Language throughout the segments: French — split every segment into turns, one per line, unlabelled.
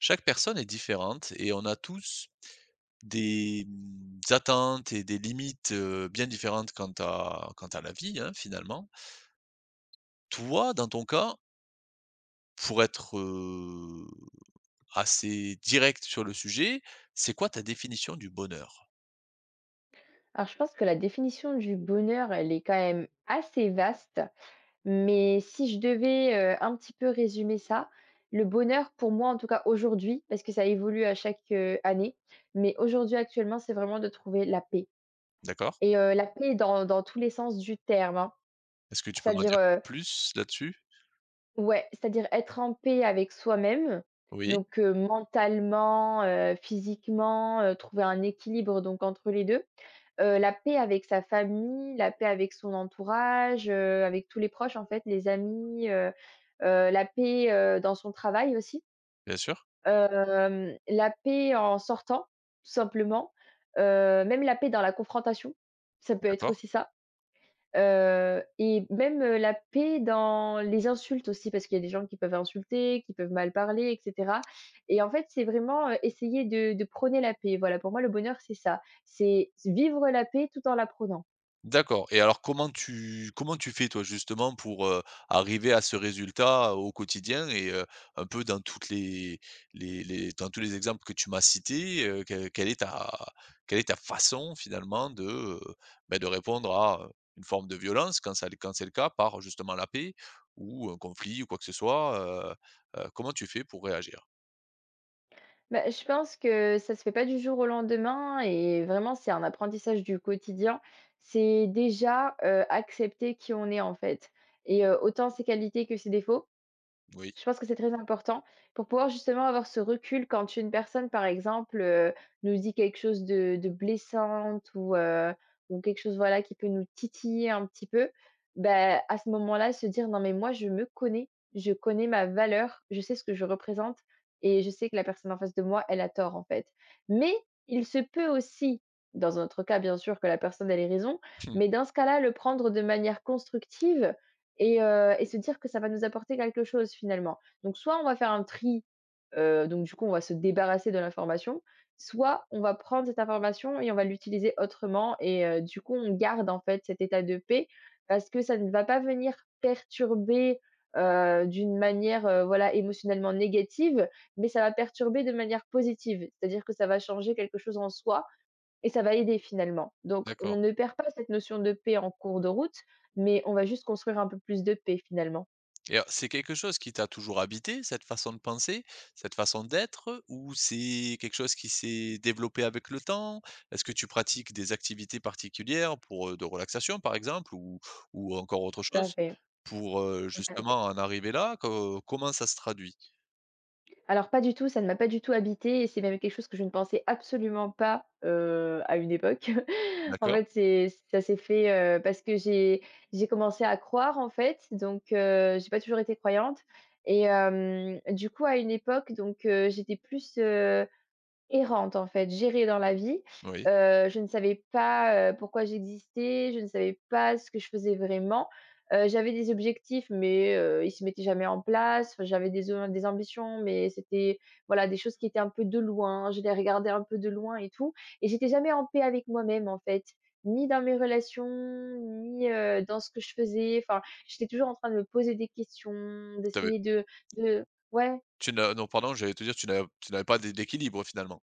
Chaque personne est différente et on a tous des, attentes et des limites, bien différentes quant à la vie, hein, finalement. Toi, dans ton cas, pour être, assez direct sur le sujet, c'est quoi ta définition du bonheur?
Alors, je pense que la définition du bonheur, elle est quand même assez vaste, mais si je devais, un petit peu résumer ça, le bonheur pour moi, en tout cas aujourd'hui, parce que ça évolue à chaque année, mais aujourd'hui actuellement, c'est vraiment de trouver la paix
D'accord?
et la paix dans tous les sens du terme, hein.
Est-ce que tu peux m'en
C'est-à-dire,
dire plus là-dessus?
ouais, c'est-à-dire être en paix avec soi-même,
Oui,
donc mentalement, physiquement, trouver un équilibre donc entre les 2. La paix avec sa famille, la paix avec son entourage, avec tous les proches en fait, les amis, la paix, dans son travail aussi.
bien sûr,
La paix en sortant, tout simplement, même la paix dans la confrontation, ça peut être
d'accord.
aussi ça. Et même, la paix dans les insultes aussi, parce qu'il y a des gens qui peuvent insulter, qui peuvent mal parler, et cetera, et en fait, c'est vraiment, essayer de prôner la paix. Voilà, pour moi, le bonheur, c'est ça, c'est vivre la paix tout en la prônant.
D'accord. Et alors comment tu fais toi justement pour, arriver à ce résultat au quotidien et un peu dans toutes les dans tous les exemples que tu m'as cités, que quelle est ta façon finalement de, bah, de répondre à, une forme de violence quand c'est le cas par justement la paix ou un conflit ou quoi que ce soit, comment tu fais pour réagir?
Bah, je pense que ça se fait pas du jour au lendemain et vraiment, c'est un apprentissage du quotidien. C'est déjà, accepter qui on est, en fait, et autant ses qualités que ses défauts.
Oui,
Je pense que c'est très important pour pouvoir justement avoir ce recul quand une personne, par exemple, nous dit quelque chose de blessante, ou, ou quelque chose, voilà, qui peut nous titiller un petit peu. Ben à ce moment-là, se dire: «Non mais moi, je me connais, je connais ma valeur, je sais ce que je représente et je sais que la personne en face de moi, elle a tort, en fait». Mais il se peut aussi, dans un autre cas, bien sûr, que la personne elle ait raison, mais dans ce cas-là, le prendre de manière constructive et se dire que ça va nous apporter quelque chose finalement. Donc soit on va faire un tri, donc du coup on va se débarrasser de l'information, soit on va prendre cette information et on va l'utiliser autrement, et du coup on garde en fait cet état de paix parce que ça ne va pas venir perturber, d'une manière, voilà, émotionnellement négative, mais ça va perturber de manière positive. C'est-à-dire que ça va changer quelque chose en soi et ça va aider finalement. Donc on
d'accord.
ne perd pas cette notion de paix en cours de route, mais on va juste construire un peu plus de paix finalement.
Et alors, c'est quelque chose qui t'a toujours habité, cette façon de penser, cette façon d'être, ou c'est quelque chose qui s'est développé avec le temps? Est-ce que tu pratiques des activités particulières pour, de relaxation par exemple ou encore autre
Tout à
chose
fait,
pour,
tout à fait.
justement en arriver là? Co Comment ça se traduit?
Alors pas du tout, ça ne m'a pas du tout habité, et c'est même quelque chose que je ne pensais absolument pas, à une époque. En
D'accord,
fait, c'est ça s'est fait, parce que j'ai commencé à croire en fait, donc j'ai pas toujours été croyante et du coup, à une époque, donc j'étais plus, errante en fait, gérée dans la vie.
oui.
Je ne savais pas, pourquoi j'existais, je ne savais pas ce que je faisais vraiment. J'avais des objectifs, mais ils se mettaient jamais en place. Enfin, j'avais des ambitions, mais c'était, voilà, des choses qui étaient un peu de loin. Je les regardais un peu de loin, et tout, et j'étais jamais en paix avec moi-même en fait, ni dans mes relations, ni, dans ce que je faisais. Enfin, j'étais toujours en train de me poser des questions,
Tu
d'essayer de, ouais.
tu n'as, non, pardon, j'allais te dire tu n'avais pas d'équilibre finalement?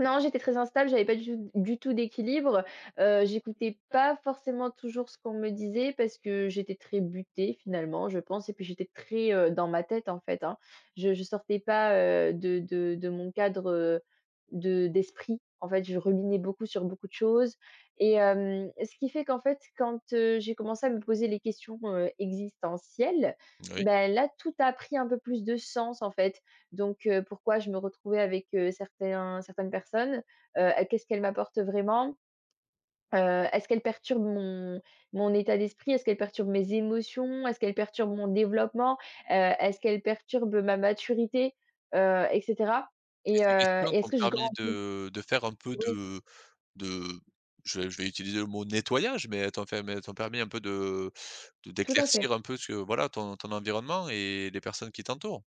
Non, j'étais très instable, j'avais pas du tout d'équilibre, j'écoutais pas forcément toujours ce qu'on me disait parce que j'étais très butée finalement, je pense, et puis j'étais très, dans ma tête en fait, hein. Je sortais pas, de mon cadre, de d'esprit. En fait, je ruminais beaucoup sur beaucoup de choses, et ce qui fait qu'en fait, quand, j'ai commencé à me poser les questions, existentielles,
Oui
ben là, tout a pris un peu plus de sens en fait, donc, pourquoi je me retrouvais avec, certains certaines personnes? Qu'est-ce qu'elles m'apportent vraiment? Est-ce qu'elles perturbent mon état d'esprit? Est-ce qu'elles perturbent mes émotions? Est-ce qu'elles perturbent mon développement? Est-ce qu'elles perturbent ma maturité? Heu, et
et
et
ces
heu,
questions
et est-ce
t'ont
que je
permis
grandis?
de faire un peu
Oui,
de. De je vais utiliser le mot nettoyage, mais elles t'ont permis un peu de
tout à
d'éclaircir
fait.
un peu ce que voilà, ton environnement et les personnes qui t'entourent.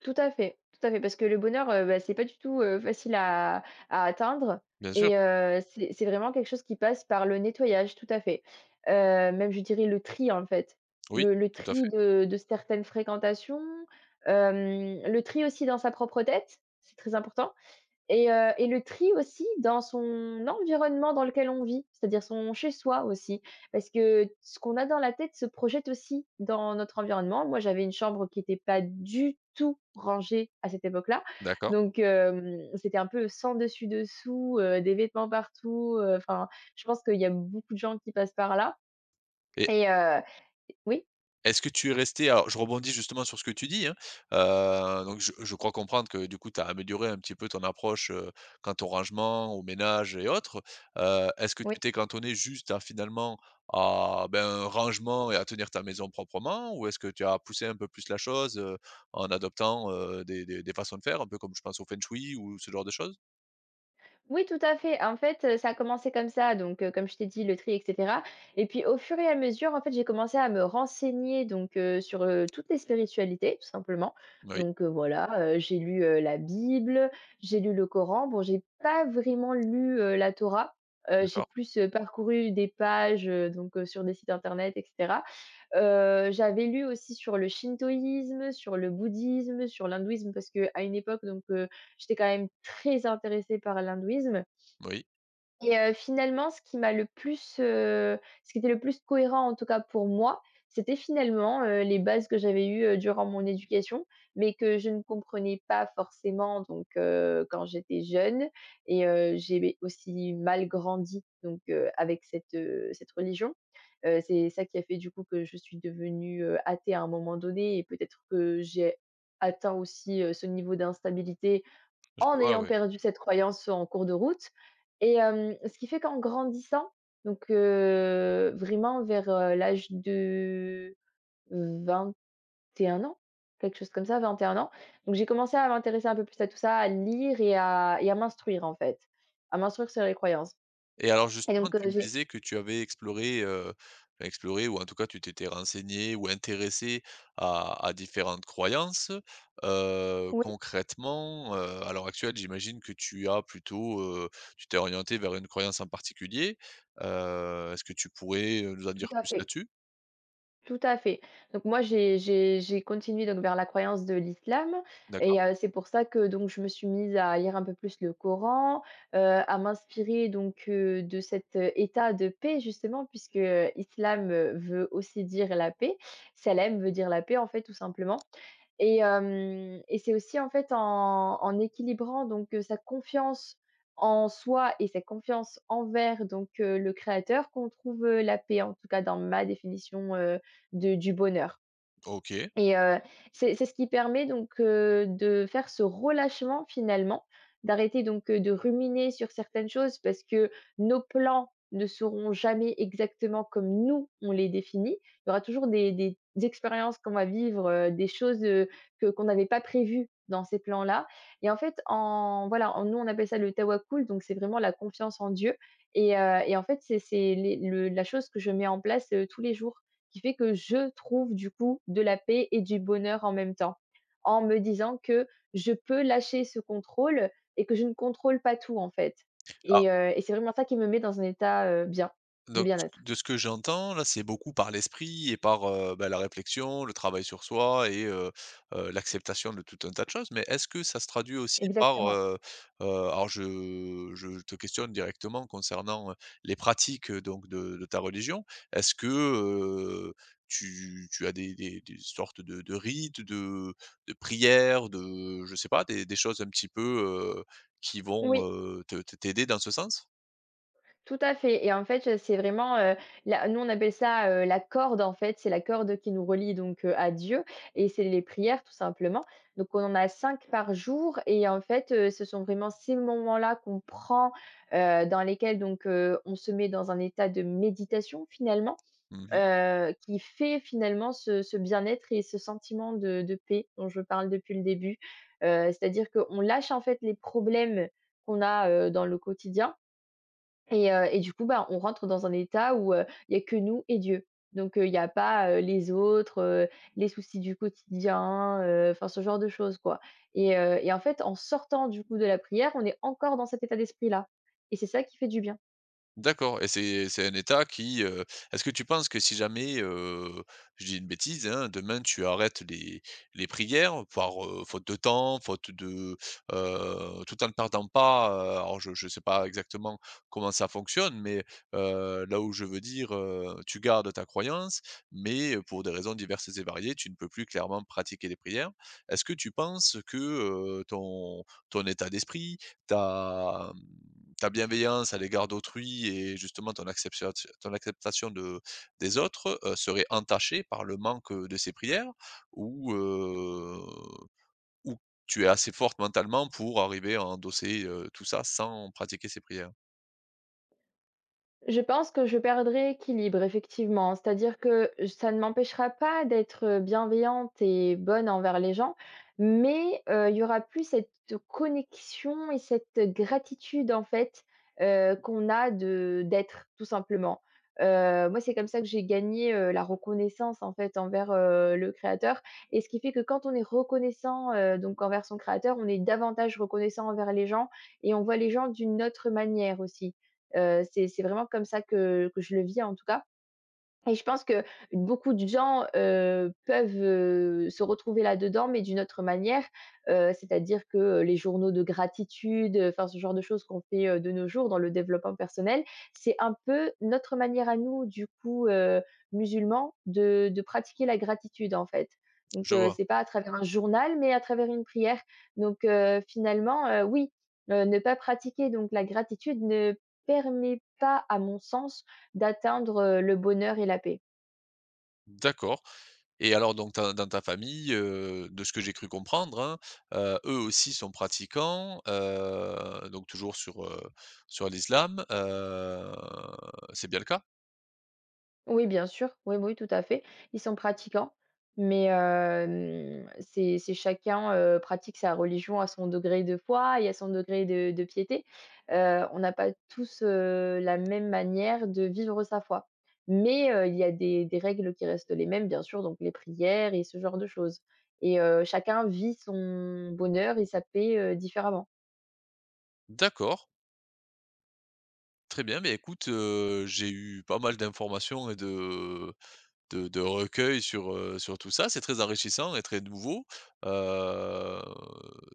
Tout à fait, tout à fait, parce que le bonheur, bah, c'est pas du tout, facile à atteindre,
Bien sûr,
et c'est vraiment quelque chose qui passe par le nettoyage, tout à fait. Heu, Même je dirais le tri, en fait.
oui,
Le
tout à
tri
fait.
de certaines fréquentations, le tri aussi dans sa propre tête, c'est très important. Et le tri aussi dans son environnement dans lequel on vit, c'est-à-dire son chez-soi aussi. Parce que ce qu'on a dans la tête se projette aussi dans notre environnement. Moi, j'avais une chambre qui n'était pas du tout rangée à cette époque-là.
D'accord.
Donc, c'était un peu sans dessus dessous, des vêtements partout, enfin, je pense qu'il y a beaucoup de gens qui passent par là,
Et
et oui?
est-ce que tu es resté, alors je rebondis justement sur ce que tu dis, hein, donc je crois comprendre que du coup tu as amélioré un petit peu ton approche, quant au rangement, au ménage et autres. Est-ce que
Oui.
tu t'es cantonné juste à finalement à, ben, un rangement et à tenir ta maison proprement? Ou est-ce que tu as poussé un peu plus la chose, en adoptant, des des façons de faire, un peu comme je pense au feng shui ou ce genre de choses?
Oui, tout à fait. En fait, ça a commencé comme ça, donc comme je t'ai dit, le tri, et cetera, et puis au fur et à mesure, en fait, j'ai commencé à me renseigner, donc sur, toutes les spiritualités, tout simplement.
Oui,
Donc, voilà, j'ai lu, la Bible, j'ai lu le Coran. Bon, j'ai pas vraiment lu, la Torah. J'ai
d'accord,
plus, parcouru des pages, donc sur des sites internet, et cetera. J'avais lu aussi sur le shintoïsme, sur le bouddhisme, sur l'hindouisme, parce que à une époque, donc, j'étais quand même très intéressée par l'hindouisme,
oui,
et finalement, ce qui était le plus cohérent en tout cas pour moi, c'était finalement, les bases que j'avais eues, durant mon éducation, mais que je ne comprenais pas forcément, donc quand j'étais jeune, et j'ai aussi mal grandi, donc avec cette religion. C'est ça qui a fait du coup que je suis devenue, athée à un moment donné, et peut-être que j'ai atteint aussi, ce niveau d'instabilité
je
en
vois,
ayant
ouais.
perdu cette croyance en cours de route, et ce qui fait qu'en grandissant, donc vraiment vers, l'âge de 21 ans, quelque chose comme ça, 21 ans, donc j'ai commencé à m'intéresser un peu plus à tout ça, à lire, et à m'instruire en fait, à m'instruire sur les croyances,
Et alors
et
justement,
donc,
tu me
j'ai
disais que tu avais exploré, ou en tout cas tu t'étais renseigné ou intéressé à différentes croyances.
oui,
Concrètement, à l'heure actuelle, j'imagine que tu as plutôt, tu t'es orienté vers une croyance en particulier. Est-ce que tu pourrais, nous en
tout
dire
à
plus
fait.
là-dessus?
Tout à fait. Donc moi, j'ai continué donc vers la croyance de l'islam,
D'accord,
et c'est pour ça que donc je me suis mise à lire un peu plus le Coran, heu, à m'inspirer donc, de cet, état de paix justement, puisque, islam, veut aussi dire la paix. Salem veut dire la paix, en fait, tout simplement. Et c'est aussi, en fait, en équilibrant donc sa confiance en soi et sa confiance envers donc le créateur, qu'on trouve, la paix, en tout cas dans ma définition, de du bonheur.
OK.
Et c'est ce qui permet donc, de faire ce relâchement finalement, d'arrêter donc, de ruminer sur certaines choses parce que nos plans ne seront jamais exactement comme nous, on les définit. Il y aura toujours des expériences qu'on va vivre, des choses, que qu'on n'avait pas prévues dans ces plans-là, et en fait, en voilà, en nous, on appelle ça le tawakul, donc c'est vraiment la confiance en Dieu, et en fait, c'est les le la chose que je mets en place, tous les jours, qui fait que je trouve du coup de la paix et du bonheur en même temps, en me disant que je peux lâcher ce contrôle et que je ne contrôle pas tout en fait. Et c'est vraiment ça qui me met dans un état, bien, de
Donc ce q
bien-être.
de ce que j'entends là, c'est beaucoup par l'esprit et par, bah, la réflexion, le travail sur soi et l'acceptation de tout un tas de choses. Mais est-ce que ça se traduit aussi par,
Exactement.
alors je te questionne directement concernant, les pratiques, donc de ta religion. Est-ce que, tu as des sortes de rites, de prières, de je sais pas, des choses un petit peu, heu, qui vont,
Oui.
te t'aider dans ce sens?
Tout à fait, et en fait, c'est vraiment, la nous on appelle ça, la corde en fait, c'est la corde qui nous relie donc, à Dieu, et c'est les prières tout simplement. Donc on en a 5 par jour, et en fait, ce sont vraiment ces moments-là qu'on prend, dans lesquels donc, on se met dans un état de méditation finalement,
Mmh.
qui fait finalement ce bien-être et ce sentiment de paix dont je parle depuis le début. C'est-à-dire qu'on lâche en fait les problèmes qu'on a, dans le quotidien, et du coup, bah, on rentre dans un état où il y a que nous et Dieu. Donc il y a pas, les autres, les soucis du quotidien, enfin ce genre de choses, quoi, et en fait, en sortant du coup de la prière, on est encore dans cet état d'esprit-là, et c'est ça qui fait du bien.
D'accord. Et c'est un état qui, est-ce que tu penses que si jamais, je dis une bêtise, hein, demain tu arrêtes les prières par, faute de temps, faute de, tout en ne perdant pas, alors je sais pas exactement comment ça fonctionne, mais, là où je veux dire, tu gardes ta croyance, mais, pour des raisons diverses et variées, tu ne peux plus clairement pratiquer les prières. Est-ce que tu penses que, ton état d'esprit, ta, ta bienveillance à l'égard d'autrui et justement ton acceptation de des autres, serait entachée par le manque, de ces prières? Ou, ou tu es assez forte mentalement pour arriver à endosser, tout ça sans pratiquer ces prières?
Je pense que je perdrai équilibre, effectivement. C'est-à-dire que ça ne m'empêchera pas d'être bienveillante et bonne envers les gens, mais, il y aura plus cette connexion et cette gratitude, en fait, qu'on a de d'être, tout simplement. Moi, c'est comme ça que j'ai gagné, la reconnaissance, en fait, envers, le créateur, et ce qui fait que quand on est reconnaissant, donc envers son créateur, on est davantage reconnaissant envers les gens, et on voit les gens d'une autre manière aussi. C'est vraiment comme ça que je le vis en tout cas. Et je pense que beaucoup de gens, peuvent, se retrouver là-dedans, mais d'une autre manière, c'est-à-dire que les journaux de gratitude, enfin ce genre de choses qu'on fait, de nos jours dans le développement personnel, c'est un peu notre manière à nous, du coup, musulmans, de pratiquer la gratitude, en fait. Donc,
Je vois,
c'est pas à travers un journal, mais à travers une prière. Donc, finalement, oui, ne pas pratiquer donc la gratitude ne permet pas, à mon sens, d'atteindre, le bonheur et la paix.
d'accord. Et alors donc ta dans ta famille, de ce que j'ai cru comprendre, hein, eux aussi sont pratiquants, donc toujours sur, sur l'islam, c'est bien le cas?
Oui, bien sûr, oui, oui, tout à fait. Ils sont pratiquants, mais, hem, c'est chacun, pratique sa religion à son degré de foi et à son degré de piété. On n'a pas tous, la même manière de vivre sa foi. Mais, il y a des règles qui restent les mêmes, bien sûr, donc les prières et ce genre de choses. Et, chacun vit son bonheur et sa paix, différemment.
D'accord. Très bien, mais écoute, j'ai eu pas mal d'informations et de de recueils sur, sur tout ça. C'est très enrichissant et très nouveau. Heu,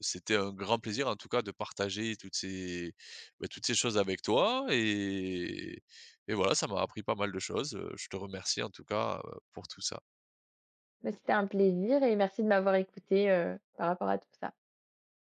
c'était un grand plaisir, en tout cas, de partager toutes ces, bah, toutes ces choses avec toi et voilà, ça m'a appris pas mal de choses, je te remercie, en tout cas, pour tout ça.
Bah, c'était un plaisir, et merci de m'avoir écoutée, par rapport à tout ça.